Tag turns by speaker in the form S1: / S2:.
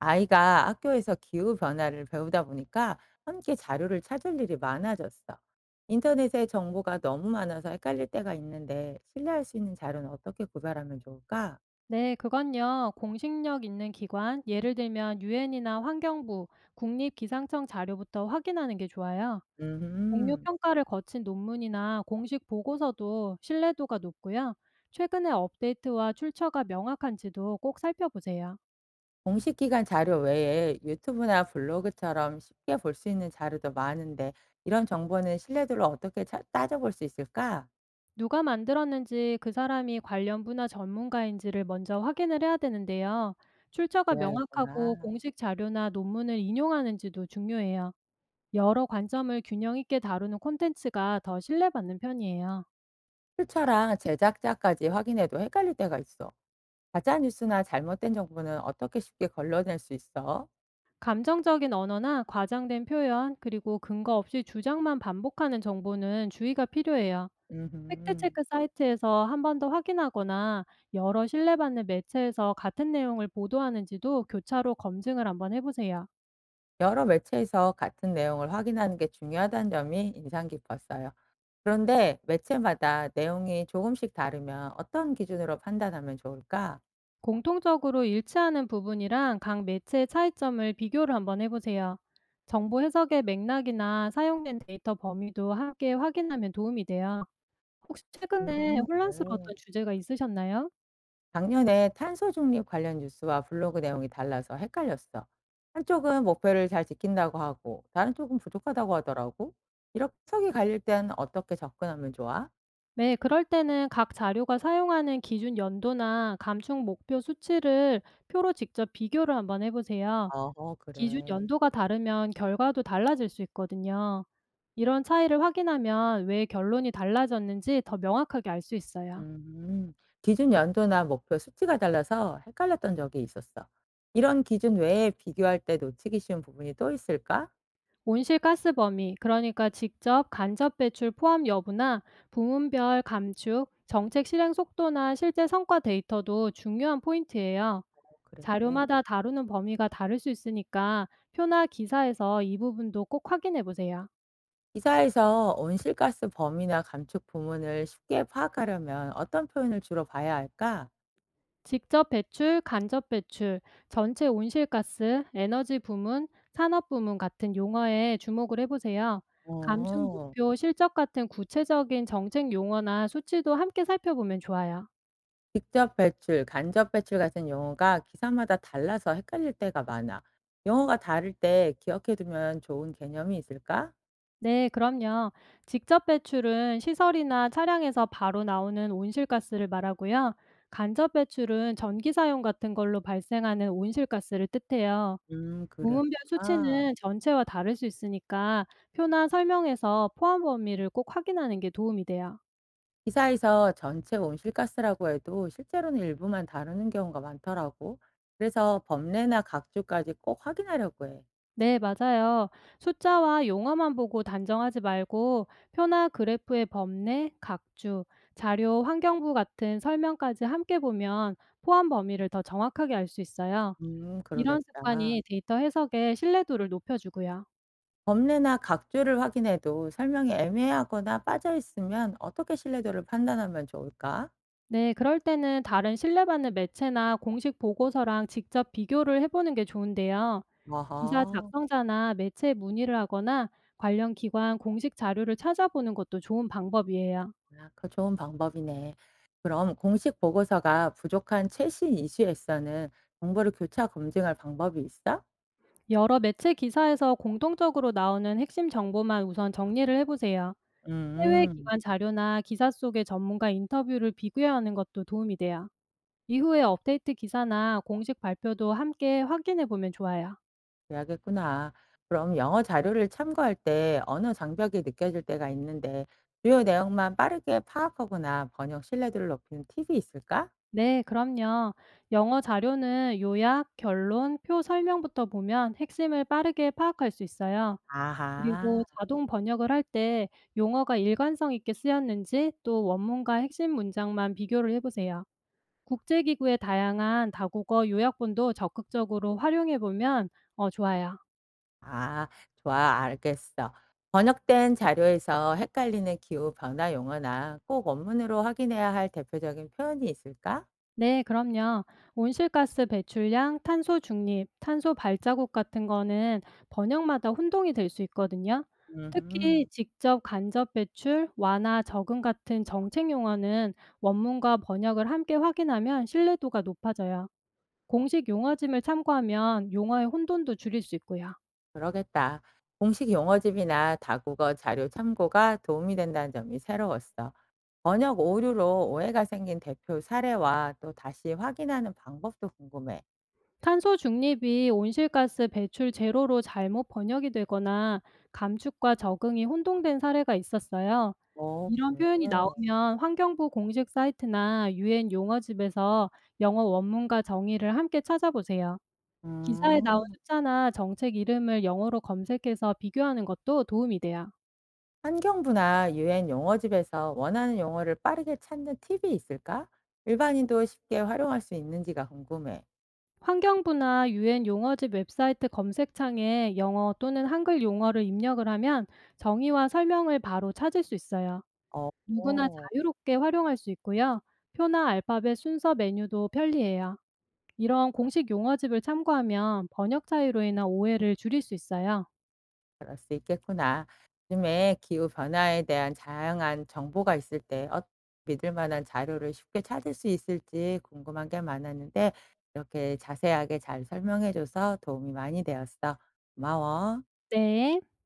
S1: 아이가 학교에서 기후 변화를 배우다 보니까 함께 자료를 찾을 일이 많아졌어. 인터넷에 정보가 너무 많아서 헷갈릴 때가 있는데 신뢰할 수 있는 자료는 어떻게 구별하면 좋을까?
S2: 네, 그건요. 공식력 있는 기관, 예를 들면 유엔이나 환경부, 국립기상청 자료부터 확인하는 게 좋아요. 동료
S1: 음,
S2: 평가를 거친 논문이나 공식 보고서도 신뢰도가 높고요. 최근의 업데이트와 출처가 명확한지도 꼭 살펴보세요.
S1: 공식 기관 자료 외에 유튜브나 블로그처럼 쉽게 볼 수 있는 자료도 많은데 이런 정보는 신뢰도를 어떻게 따져볼 수 있을까?
S2: 누가 만들었는지 그 사람이 관련 분야 전문가인지를 먼저 확인을 해야 되는데요. 출처가 명확하고
S1: 그래야겠구나.
S2: 공식 자료나 논문을 인용하는지도 중요해요. 여러 관점을 균형 있게 다루는 콘텐츠가 더 신뢰받는 편이에요.
S1: 출처랑 제작자까지 확인해도 헷갈릴 때가 있어. 가짜뉴스나 잘못된 정보는 어떻게 쉽게 걸러낼 수 있어?
S2: 감정적인 언어나 과장된 표현, 그리고 근거 없이 주장만 반복하는 정보는 주의가 필요해요.
S1: 음.
S2: 팩트체크 사이트에서 한번 더 확인하거나 여러 신뢰받는 매체에서 같은 내용을 보도하는지도 교차로 검증을 한번 해보세요.
S1: 여러 매체에서 같은 내용을 확인하는 게 중요하다는 점이 인상 깊었어요. 그런데 매체마다 내용이 조금씩 다르면 어떤 기준으로 판단하면 좋을까?
S2: 공통적으로 일치하는 부분이랑 각 매체의 차이점을 비교를 한번 해보세요. 정보 해석의 맥락이나 사용된 데이터 범위도 함께 확인하면 도움이 돼요. 혹시 최근에
S1: 그래.
S2: 혼란스러웠던 주제가 있으셨나요?
S1: 작년에 탄소 중립 관련 뉴스와 블로그 내용이 달라서 헷갈렸어. 한쪽은 목표를 잘 지킨다고 하고, 다른 쪽은 부족하다고 하더라고. 이렇게 해석이 갈릴 땐 어떻게 접근하면 좋아?
S2: 네, 그럴 때는 각 자료가 사용하는 기준 연도나 감축 목표 수치를 표로 직접 비교를 한번 해보세요.
S1: 어,
S2: 기준
S1: 그래.
S2: 연도가 다르면 결과도 달라질 수 있거든요. 이런 차이를 확인하면 왜 결론이 달라졌는지 더 명확하게 알 수 있어요.
S1: 음. 기준 연도나 목표 수치가 달라서 헷갈렸던 적이 있었어. 이런 기준 외에 비교할 때 놓치기 쉬운 부분이 또 있을까?
S2: 온실가스 범위, 그러니까 직접 간접 배출 포함 여부나 부문별 감축, 정책 실행 속도나 실제 성과 데이터도 중요한 포인트예요.
S1: 어, 그래.
S2: 자료마다 다루는 범위가 다를 수 있으니까 표나 기사에서 이 부분도 꼭 확인해 보세요.
S1: 기사에서 온실가스 범위나 감축 부문을 쉽게 파악하려면 어떤 표현을 주로 봐야 할까?
S2: 직접 배출, 간접 배출, 전체 온실가스, 에너지 부문, 산업 부문 같은 용어에 주목을 해 보세요. 감축
S1: 어,
S2: 목표, 실적 같은 구체적인 정책 용어나 수치도 함께 살펴보면 좋아요.
S1: 직접 배출, 간접 배출 같은 용어가 기사마다 달라서 헷갈릴 때가 많아. 용어가 다를 때 기억해두면 좋은 개념이 있을까?
S2: 네, 그럼요. 직접 배출은 시설이나 차량에서 바로 나오는 온실가스를 말하고요. 간접 배출은 전기 사용 같은 걸로 발생하는 온실가스를 뜻해요. 부문별
S1: 그랬구나.
S2: 수치는 전체와 다를 수 있으니까 표나 설명에서 포함 범위를 꼭 확인하는 게 도움이 돼요.
S1: 기사에서 전체 온실가스라고 해도 실제로는 일부만 다루는 경우가 많더라고. 그래서 법례나 각주까지 꼭 확인하려고 해.
S2: 네, 맞아요. 숫자와 용어만 보고 단정하지 말고 표나 그래프의 범례, 각주, 자료, 환경부 같은 설명까지 함께 보면 포함 범위를 더 정확하게 알 수 있어요. 이런
S1: 그러겠다.
S2: 습관이 데이터 해석의 신뢰도를 높여주고요.
S1: 법례나 각주를 확인해도 설명이 애매하거나 빠져 있으면 어떻게 신뢰도를 판단하면 좋을까?
S2: 네, 그럴 때는 다른 신뢰받는 매체나 공식 보고서랑 직접 비교를 해보는 게 좋은데요. 기사
S1: 아하.
S2: 작성자나 매체에 문의를 하거나 관련 기관 공식 자료를 찾아보는 것도 좋은 방법이에요.
S1: 아, 그 좋은 방법이네. 그럼 공식 보고서가 부족한 최신 이슈에서는 정보를 교차 검증할 방법이 있어?
S2: 여러 매체 기사에서 공통적으로 나오는 핵심 정보만 우선 정리를 해 보세요. 해외
S1: 음.
S2: 기관 자료나 기사 속의 전문가 인터뷰를 비교하는 것도 도움이 돼요. 이후에 업데이트 기사나 공식 발표도 함께 확인해 보면 좋아요.
S1: 그래야겠구나. 그럼 영어 자료를 참고할 때 언어 장벽이 느껴질 때가 있는데 주요 내용만 빠르게 파악하거나 번역 신뢰도를 높이는 팁이 있을까?
S2: 네, 그럼요. 영어 자료는 요약, 결론, 표 설명부터 보면 핵심을 빠르게 파악할 수 있어요.
S1: 아하.
S2: 그리고 자동 번역을 할 때 용어가 일관성 있게 쓰였는지 또 원문과 핵심 문장만 비교를 해 보세요. 국제기구의 다양한 다국어 요약본도 적극적으로 활용해 보면 좋아요.
S1: 아, 좋아, 알겠어. 번역된 자료에서 헷갈리는 기후 변화 용어나 꼭 원문으로 확인해야 할 대표적인 표현이 있을까?
S2: 네, 그럼요. 온실가스 배출량, 탄소 중립, 탄소 발자국 같은 거는 번역마다 혼동이 될 수 있거든요. 특히
S1: 음.
S2: 직접 간접 배출, 완화, 적응 같은 정책 용어는 원문과 번역을 함께 확인하면 신뢰도가 높아져요. 공식 용어짐을 참고하면 용어의 혼돈도 줄일 수 있고요.
S1: 그러겠다. 공식 용어집이나 다국어 자료 참고가 도움이 된다는 점이 새로웠어. 번역 오류로 오해가 생긴 대표 사례와 또 다시 확인하는 방법도 궁금해.
S2: 탄소 중립이 온실가스 배출 제로로 잘못 번역이 되거나 감축과 적응이 혼동된 사례가 있었어요.
S1: 어,
S2: 이런
S1: 그래.
S2: 표현이 나오면 환경부 공식 사이트나 유엔 용어집에서 영어 원문과 정의를 함께 찾아보세요. 기사에 나온
S1: 음.
S2: 숫자나 정책 이름을 영어로 검색해서 비교하는 것도 도움이 돼요.
S1: 환경부나 유엔 용어집에서 원하는 용어를 빠르게 찾는 팁이 있을까? 일반인도 쉽게 활용할 수 있는지가 궁금해.
S2: 환경부나 유엔 용어집 웹사이트 검색창에 영어 또는 한글 용어를 입력을 하면 정의와 설명을 바로 찾을 수 있어요.
S1: 어.
S2: 누구나 자유롭게 활용할 수 있고요. 표나 알파벳 순서 메뉴도 편리해요. 이런 공식 용어집을 참고하면 번역 차이로 인한 오해를 줄일 수 있어요.
S1: 그럴 수 있겠구나. 요즘에 기후 변화에 대한 다양한 정보가 있을 때 믿을 만한 자료를 쉽게 찾을 수 있을지 궁금한 게 많았는데 이렇게 자세하게 잘 설명해 줘서 도움이 많이 되었어. 고마워.
S2: 네.